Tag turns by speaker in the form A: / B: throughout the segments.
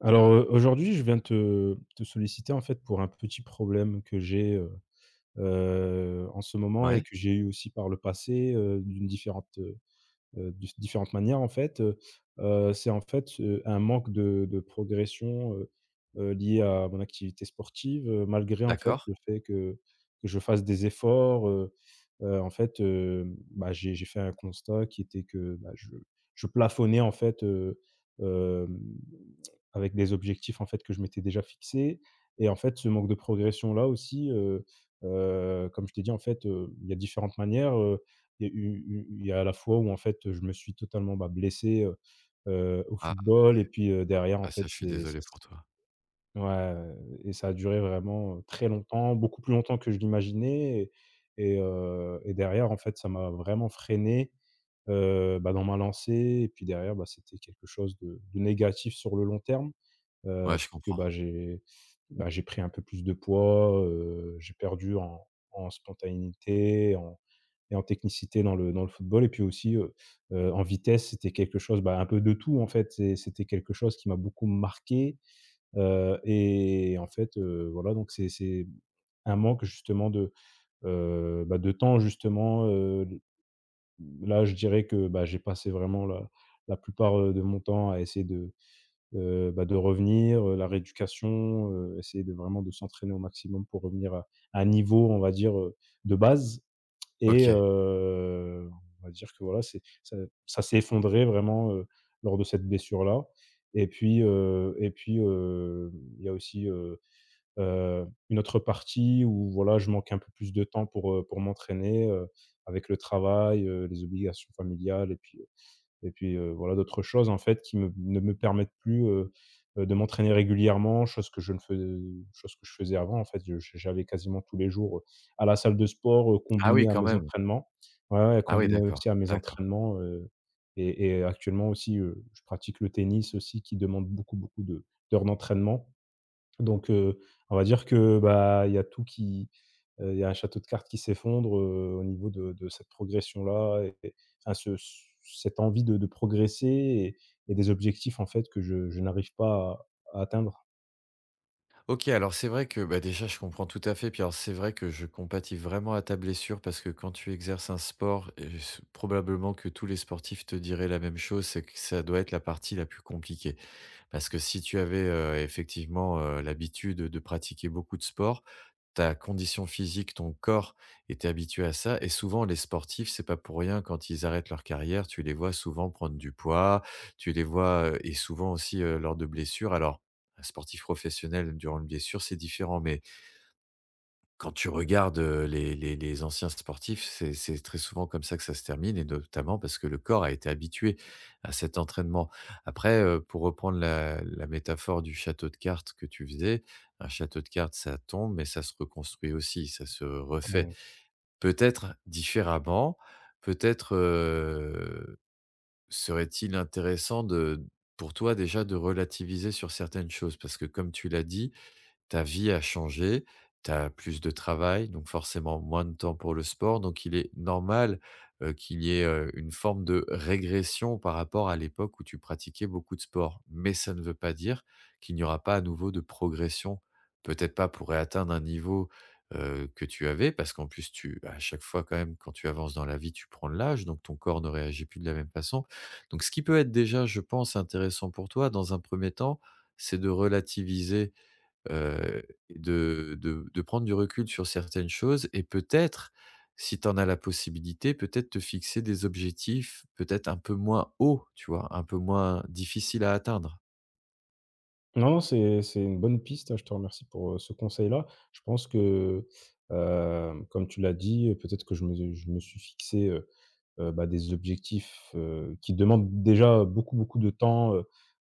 A: Alors, aujourd'hui, je viens te solliciter, en fait, pour un petit problème que j'ai, en ce moment et
B: Ouais,
A: que j'ai eu aussi par le passé, d'une différente, différentes manières, en fait, c'est, en fait, un manque de progression, lié à mon activité sportive, malgré, en fait,
B: d'accord.
A: le fait que je fasse des efforts, en fait, bah, j'ai fait un constat qui était que, bah, je plafonnais, en fait, hem avec des objectifs en fait que je m'étais déjà fixés. Et en fait ce manque de progression là aussi, comme je t'ai dit en fait, il y a différentes manières, il y a eu eu il y a à la fois où en fait, je me suis totalement, bah, blessé, au
B: Ah,
A: football et puis, derrière en
B: ah ça,
A: fait
B: je suis
A: c'est ça
B: désolé
A: s
B: pour toi.
A: ouais. Et ça a duré vraiment, très longtemps, beaucoup plus longtemps que je l'imaginais. Et derrière en fait ça m'a vraiment freiné, bah, dans ma lancée. Et puis derrière, bah, c'était quelque chose de négatif sur le long terme.
B: Ouais, je
A: Puisque, bah,
B: comprends.
A: j'ai pris un peu plus de poids, j'ai perdu en spontanéité, en et en technicité dans le football et puis aussi, en vitesse. C'était quelque chose, bah, un peu de tout, en fait. C'était quelque chose qui m'a beaucoup marqué, et en fait, voilà, donc c'est un manque justement de, bah, de temps justement. Là, je dirais que, bah, j'ai passé vraiment la plupart, de mon temps à essayer de. Bah, de revenir, la rééducation, essayer de vraiment de s'entraîner au maximum pour revenir à un niveau, on va dire, de base. Et
B: OK.
A: on va dire que voilà, c'est ça ça s'est effondré vraiment, lors de cette blessure-là. Et puis, et puis, il y a aussi, une autre partie où voilà, je manque un peu plus de temps pour m'entraîner, avec le travail, les obligations familiales et puis, voilà d'autres choses en fait qui me ne me permettent plus, de m'entraîner régulièrement, chose que je ne faisais, chose que je faisais avant en fait. Je j'allais quasiment tous les jours, à la salle de sport,
B: Ah oui,
A: combiné à
B: quand
A: mes
B: même.
A: entraînements. Ouais, ouais,
B: Ah oui,
A: combiné aussi
B: d'accord,
A: à mes
B: d'accord.
A: entraînements, et actuellement aussi, je pratique le tennis aussi qui demande beaucoup, beaucoup de d'heures d'entraînement. Donc, on va dire que, bah, il y a tout qui, il y a un château de cartes qui s'effondre, au niveau de cette progression-là et enfin ce ce cette envie de progresser et des objectifs en fait que je n'arrive pas à atteindre.
B: OK, alors c'est vrai que, bah, déjà, je comprends tout à fait. Puis alors, c'est vrai que je compatis vraiment à ta blessure parce que quand tu exerces un sport et s probablement que tous les sportifs te diraient la même chose, c'est que ça doit être la partie la plus compliquée. Parce que si tu avais, effectivement, l'habitude de pratiquer beaucoup de sport, ta condition physique, ton corps était habitué à ça et souvent les sportifs, c'est pas pour rien quand ils arrêtent leur carrière, tu les vois souvent prendre du poids, tu les vois, et souvent aussi, lors de blessures. Alors, un sportif professionnel durant une blessure, c'est différent, mais quand tu regardes, les anciens sportifs, c'est très souvent comme ça que ça se termine et notamment parce que le corps a été habitué à cet entraînement. Après, pour reprendre la métaphore du château de cartes que tu faisais, un château de cartes, ça tombe, mais ça se reconstruit aussi, ça se refait.
A: Oui.
B: Peut-être différemment, peut-être, serait-il intéressant de pour toi déjà de relativiser sur certaines choses? Parce que comme tu l'as dit, ta vie a changé, tu as plus de travail, donc forcément moins de temps pour le sport. Donc il est normal, qu'il y ait, une forme de régression par rapport à l'époque où tu pratiquais beaucoup de sport. Mais ça ne veut pas dire qu'il n'y aura pas à nouveau de progression. Peut-être pas pour réatteindre un niveau, que tu avais, parce qu'en plus tu à chaque fois quand même quand tu avances dans la vie, tu prends de l'âge, donc ton corps ne réagit plus de la même façon. Donc ce qui peut être déjà, je pense, intéressant pour toi dans un premier temps, c'est de relativiser heu, de de prendre du recul sur certaines choses et peut-être, si tu en as la possibilité, peut-être te fixer des objectifs peut-être un peu moins hauts, tu vois? Un peu moins difficiles à atteindre.
A: Non, non, c'est une bonne piste, hein, je te remercie pour, ce conseil-là. Je pense que, comme tu l'as dit, peut-être que je me suis fixé, bah, des objectifs, qui demandent déjà beaucoup, beaucoup de temps, heu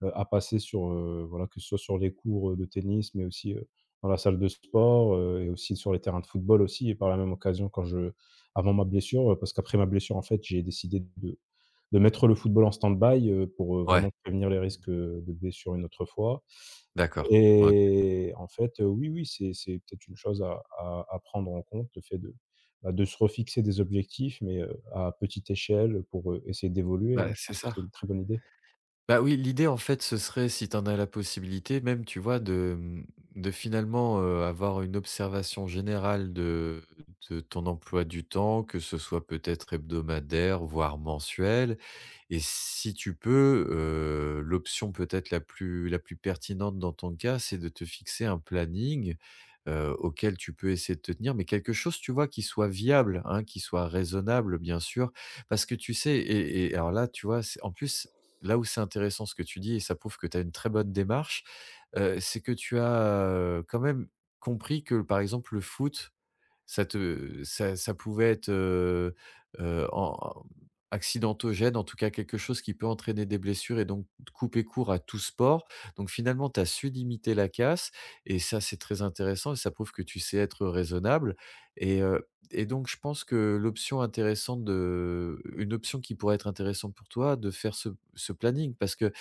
A: heu, à passer sur, voilà, que ce soit sur les cours, de tennis, mais aussi, dans la salle de sport, et aussi sur les terrains de football aussi et par la même occasion quand je avant ma blessure, parce qu'après ma blessure, en fait, j'ai décidé de mettre le football en stand-by, pour,
B: Ouais,
A: vraiment prévenir les risques, de blessure une autre fois.
B: d'accord. OK.
A: Et en fait, oui, oui, c'est peut-être une chose à prendre en compte, le fait de, bah, de se refixer des objectifs mais, à petite échelle, pour, essayer d'évoluer. Ouais,
B: Bah,
A: je
B: c'est
A: pense que c'est une
B: ça.
A: très bonne idée.
B: Bah, oui, l'idée, en fait, ce serait, si tu en as la possibilité, même, tu vois, de, de finalement, avoir une observation générale de ton emploi du temps, que ce soit peut-être hebdomadaire, voire mensuel. Et si tu peux, l'option peut-être la plus pertinente dans ton cas, c'est de te fixer un planning, auquel tu peux essayer de te tenir, mais quelque chose, tu vois, qui soit viable, hein, qui soit raisonnable, bien sûr. Parce que tu sais et alors là, tu vois, c'est en plus, là où c'est intéressant ce que tu dis et ça prouve que tu as une très bonne démarche, c'est que tu as, quand même compris que, par exemple, le foot, ça te ça ça pouvait être, en accidentogène, en tout cas quelque chose qui peut entraîner des blessures et donc couper court à tout sport. Donc finalement, tu as su limiter la casse et ça, c'est très intéressant et ça prouve que tu sais être raisonnable et heu et donc je pense que l'option intéressante de une option qui pourrait être intéressante pour toi, de faire ce planning parce que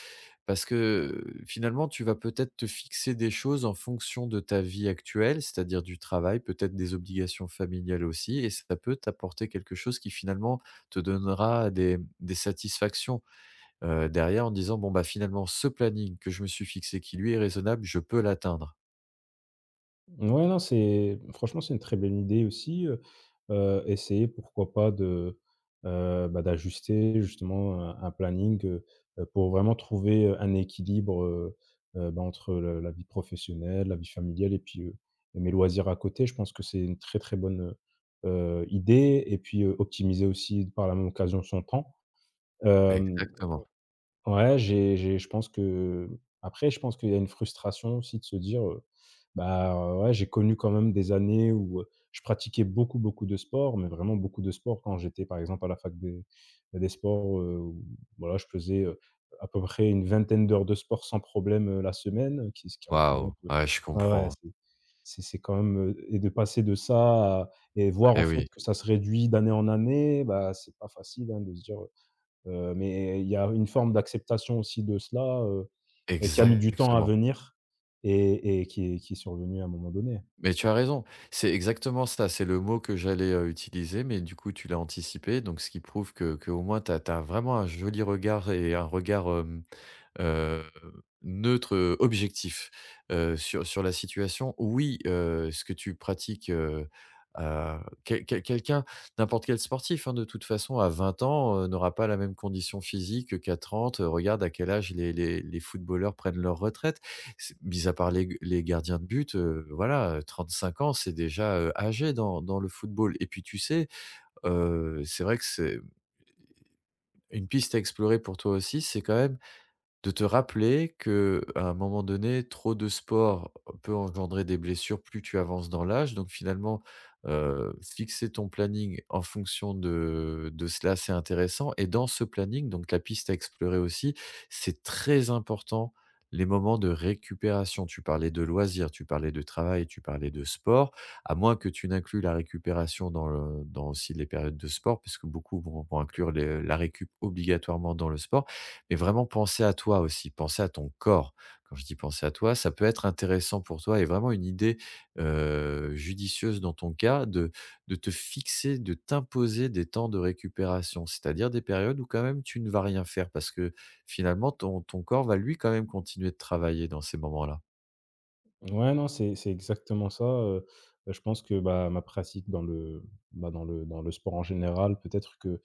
B: parce que, finalement, tu vas peut-être te fixer des choses en fonction de ta vie actuelle, c'est-à-dire du travail, peut-être des obligations familiales aussi et ça peut t'apporter quelque chose qui finalement te donnera des satisfactions, derrière en disant: «Bon, bah, finalement ce planning que je me suis fixé qui lui est raisonnable, je peux l'atteindre».
A: Ouais, non, c'est franchement, c'est une très bonne idée aussi, essayer pourquoi pas de, bah, d'ajuster justement un planning, pour vraiment trouver, un équilibre, bah, entre le la vie professionnelle, la vie familiale et puis, mes loisirs à côté. Je pense que c'est une très, très bonne, idée et puis, optimiser aussi par la même occasion son temps. Hem
B: Exactement.
A: Ouais, j'ai je pense que après je pense qu'il y a une frustration aussi de se dire, ouais, j'ai connu quand même des années où, je pratiquais beaucoup, beaucoup de sports, mais vraiment beaucoup de sports quand j'étais par exemple à la fac des sports, où voilà, je faisais, à peu près une vingtaine d'heures de sport sans problème, la semaine, qui ce qui représente,
B: Waouh! Ouais, je
A: ouais, ouais,
B: comprends.
A: c'est quand même, et de passer de ça à et voir en
B: Eh
A: fait
B: oui,
A: que ça se réduit d'année en année, bah, c'est pas facile, hein, de se dire. Mais il y a une forme d'acceptation aussi de cela, qui a mis du temps à
B: exactement.
A: venir et qui est survenue à un moment donné.
B: Mais tu as raison, c'est exactement ça, c'est le mot que j'allais, utiliser, mais du coup tu l'as anticipé, donc ce qui prouve que au moins tu as vraiment un joli regard et un regard, heu, neutre, objectif, sur la situation. Oui, ce que tu pratiques, heu, quel quel quelqu'un n'importe quel sportif, hein, de toute façon, à 20 ans, n'aura pas la même condition physique qu'à 30. Regarde à quel âge les footballeurs prennent leur retraite. C'est mis à part les gardiens de but, voilà, 35 ans, c'est déjà, âgé dans le football et puis, tu sais, c'est vrai que c'est une piste à explorer pour toi aussi, c'est quand même de te rappeler que à un moment donné, trop de sport peut engendrer des blessures plus tu avances dans l'âge. Donc finalement, fixer ton planning en fonction de cela, c'est intéressant et dans ce planning, donc la piste à explorer aussi, c'est très important les moments de récupération. Tu parlais de loisirs, tu parlais de travail, tu parlais de sport, à moins que tu n'inclues la récupération dans aussi les périodes de sport, puisque beaucoup vont inclure les la récup obligatoirement dans le sport. Et vraiment penser à toi aussi, penser à ton corps. Quand je dis penser à toi, ça peut être intéressant pour toi et vraiment une idée judicieuse dans ton cas de te fixer, de t'imposer des temps de récupération. C'est-à-dire des périodes où quand même tu ne vas rien faire parce que finalement ton corps va lui quand même continuer de travailler dans ces moments-là.
A: Ouais, non, c'est exactement ça, je pense que, bah, ma pratique dans le, bah, dans le sport en général, peut-être que.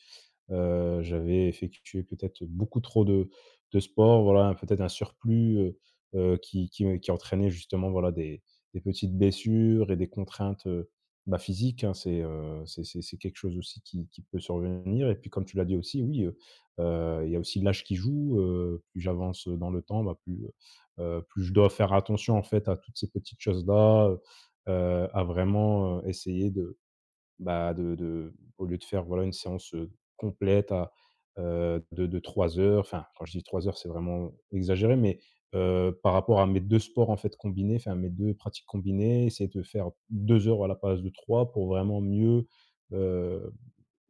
A: J'avais effectué peut-être beaucoup trop de sport, voilà, peut-être un surplus, qui entraînait justement, voilà, des petites blessures et des contraintes, bah, physiques, hein. C'est quelque chose aussi qui peut survenir et puis comme tu l'as dit aussi, oui, il y a aussi l'âge qui joue, plus j'avance dans le temps, bah, plus je dois faire attention en fait à toutes ces petites choses-là, à vraiment, essayer de. Bah, de au lieu de faire, voilà, une séance, complète à, de 3 heures, enfin, quand je dis 3 heures, c'est vraiment exagéré, mais, par rapport à mes deux sports, en fait, combinés, enfin, mes 2 pratiques combinées, essayer de faire 2 heures à la place de 3 pour vraiment mieux, heu,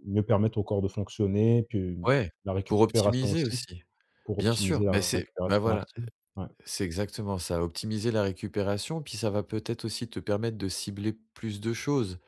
A: mieux permettre au corps de fonctionner, puis
B: Ouais,
A: la
B: pour
A: récupération
B: optimiser
A: aussi,
B: aussi.
A: pour
B: Bien sûr,
A: optimiser
B: mais
A: la
B: c'est bah,
A: récupération
B: voilà,
A: active. Ouais,
B: c'est exactement ça, optimiser la récupération, puis ça va peut-être aussi te permettre de cibler plus de choses.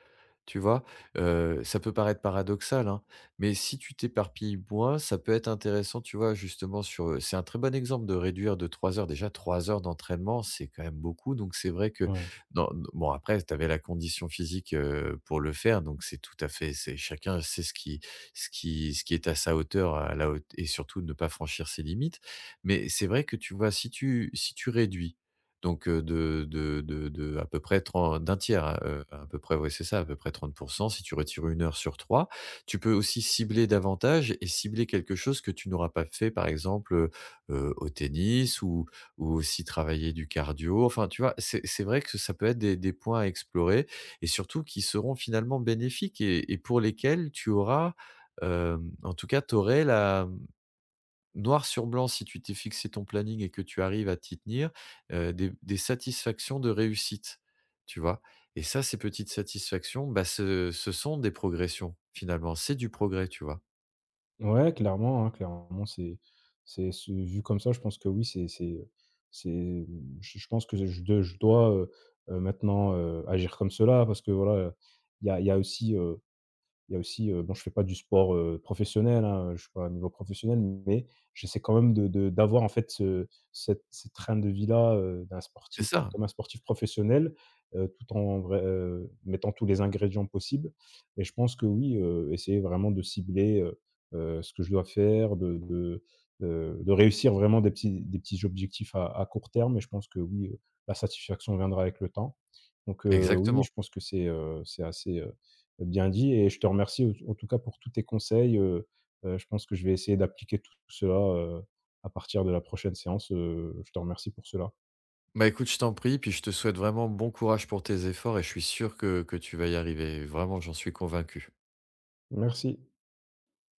B: Tu vois? Ça peut paraître paradoxal, hein, mais si tu t'éparpilles moins, ça peut être intéressant, tu vois? Justement sur, c'est un très bon exemple de réduire de 3 heures. Déjà 3 heures d'entraînement, c'est quand même beaucoup, donc c'est vrai que
A: ouais.
B: dans bon après, tu avais la condition physique, pour le faire, donc c'est tout à fait c'est chacun sait ce qui est à sa hauteur, à la haute et surtout ne pas franchir ses limites. Mais c'est vrai que tu vois, si tu réduis donc de à peu près tren d'un tiers, hein, à peu près, oui c'est ça, à peu près 30% si tu retires 1 heure sur trois. Tu peux aussi cibler davantage et cibler quelque chose que tu n'auras pas fait, par exemple, au tennis ou aussi travailler du cardio. Enfin, tu vois, c'est vrai que ça peut être des points à explorer et surtout qui seront finalement bénéfiques et pour lesquels tu auras, en tout cas, tu aurais la noir sur blanc, si tu t'es fixé ton planning et que tu arrives à t'y tenir, des satisfactions de réussite, tu vois? Et ça, ces petites satisfactions, bah, ce sont des progressions, finalement. C'est du progrès, tu vois?
A: Ouais, clairement, hein, clairement, c'est vu comme ça, je pense que oui, c'est, je pense que je dois, maintenant, agir comme cela parce que voilà, il y a il y a aussi, il y a aussi, bon, je fais pas du sport, professionnel, hein, je suis pas à un niveau professionnel, mais j'essaie quand même de d'avoir en fait ce cette cette train de vie-là, d'un
B: C'est
A: sportif,
B: ça,
A: comme un sportif professionnel, tout en vrai, mettant tous les ingrédients possibles et je pense que oui, essayer vraiment de cibler, ce que je dois faire, de réussir vraiment des petits objectifs à court terme et je pense que oui, la satisfaction viendra avec le temps. Donc, oui, oui,
B: exactement.
A: je pense que c'est assez, bien dit et je te remercie au en tout cas pour tous tes conseils, je pense que je vais essayer d'appliquer tout cela, à partir de la prochaine séance, je te remercie pour cela.
B: Bah, écoute, je t'en prie, puis je te souhaite vraiment bon courage pour tes efforts et je suis sûr que tu vas y arriver. Vraiment, j'en suis convaincu.
A: Merci.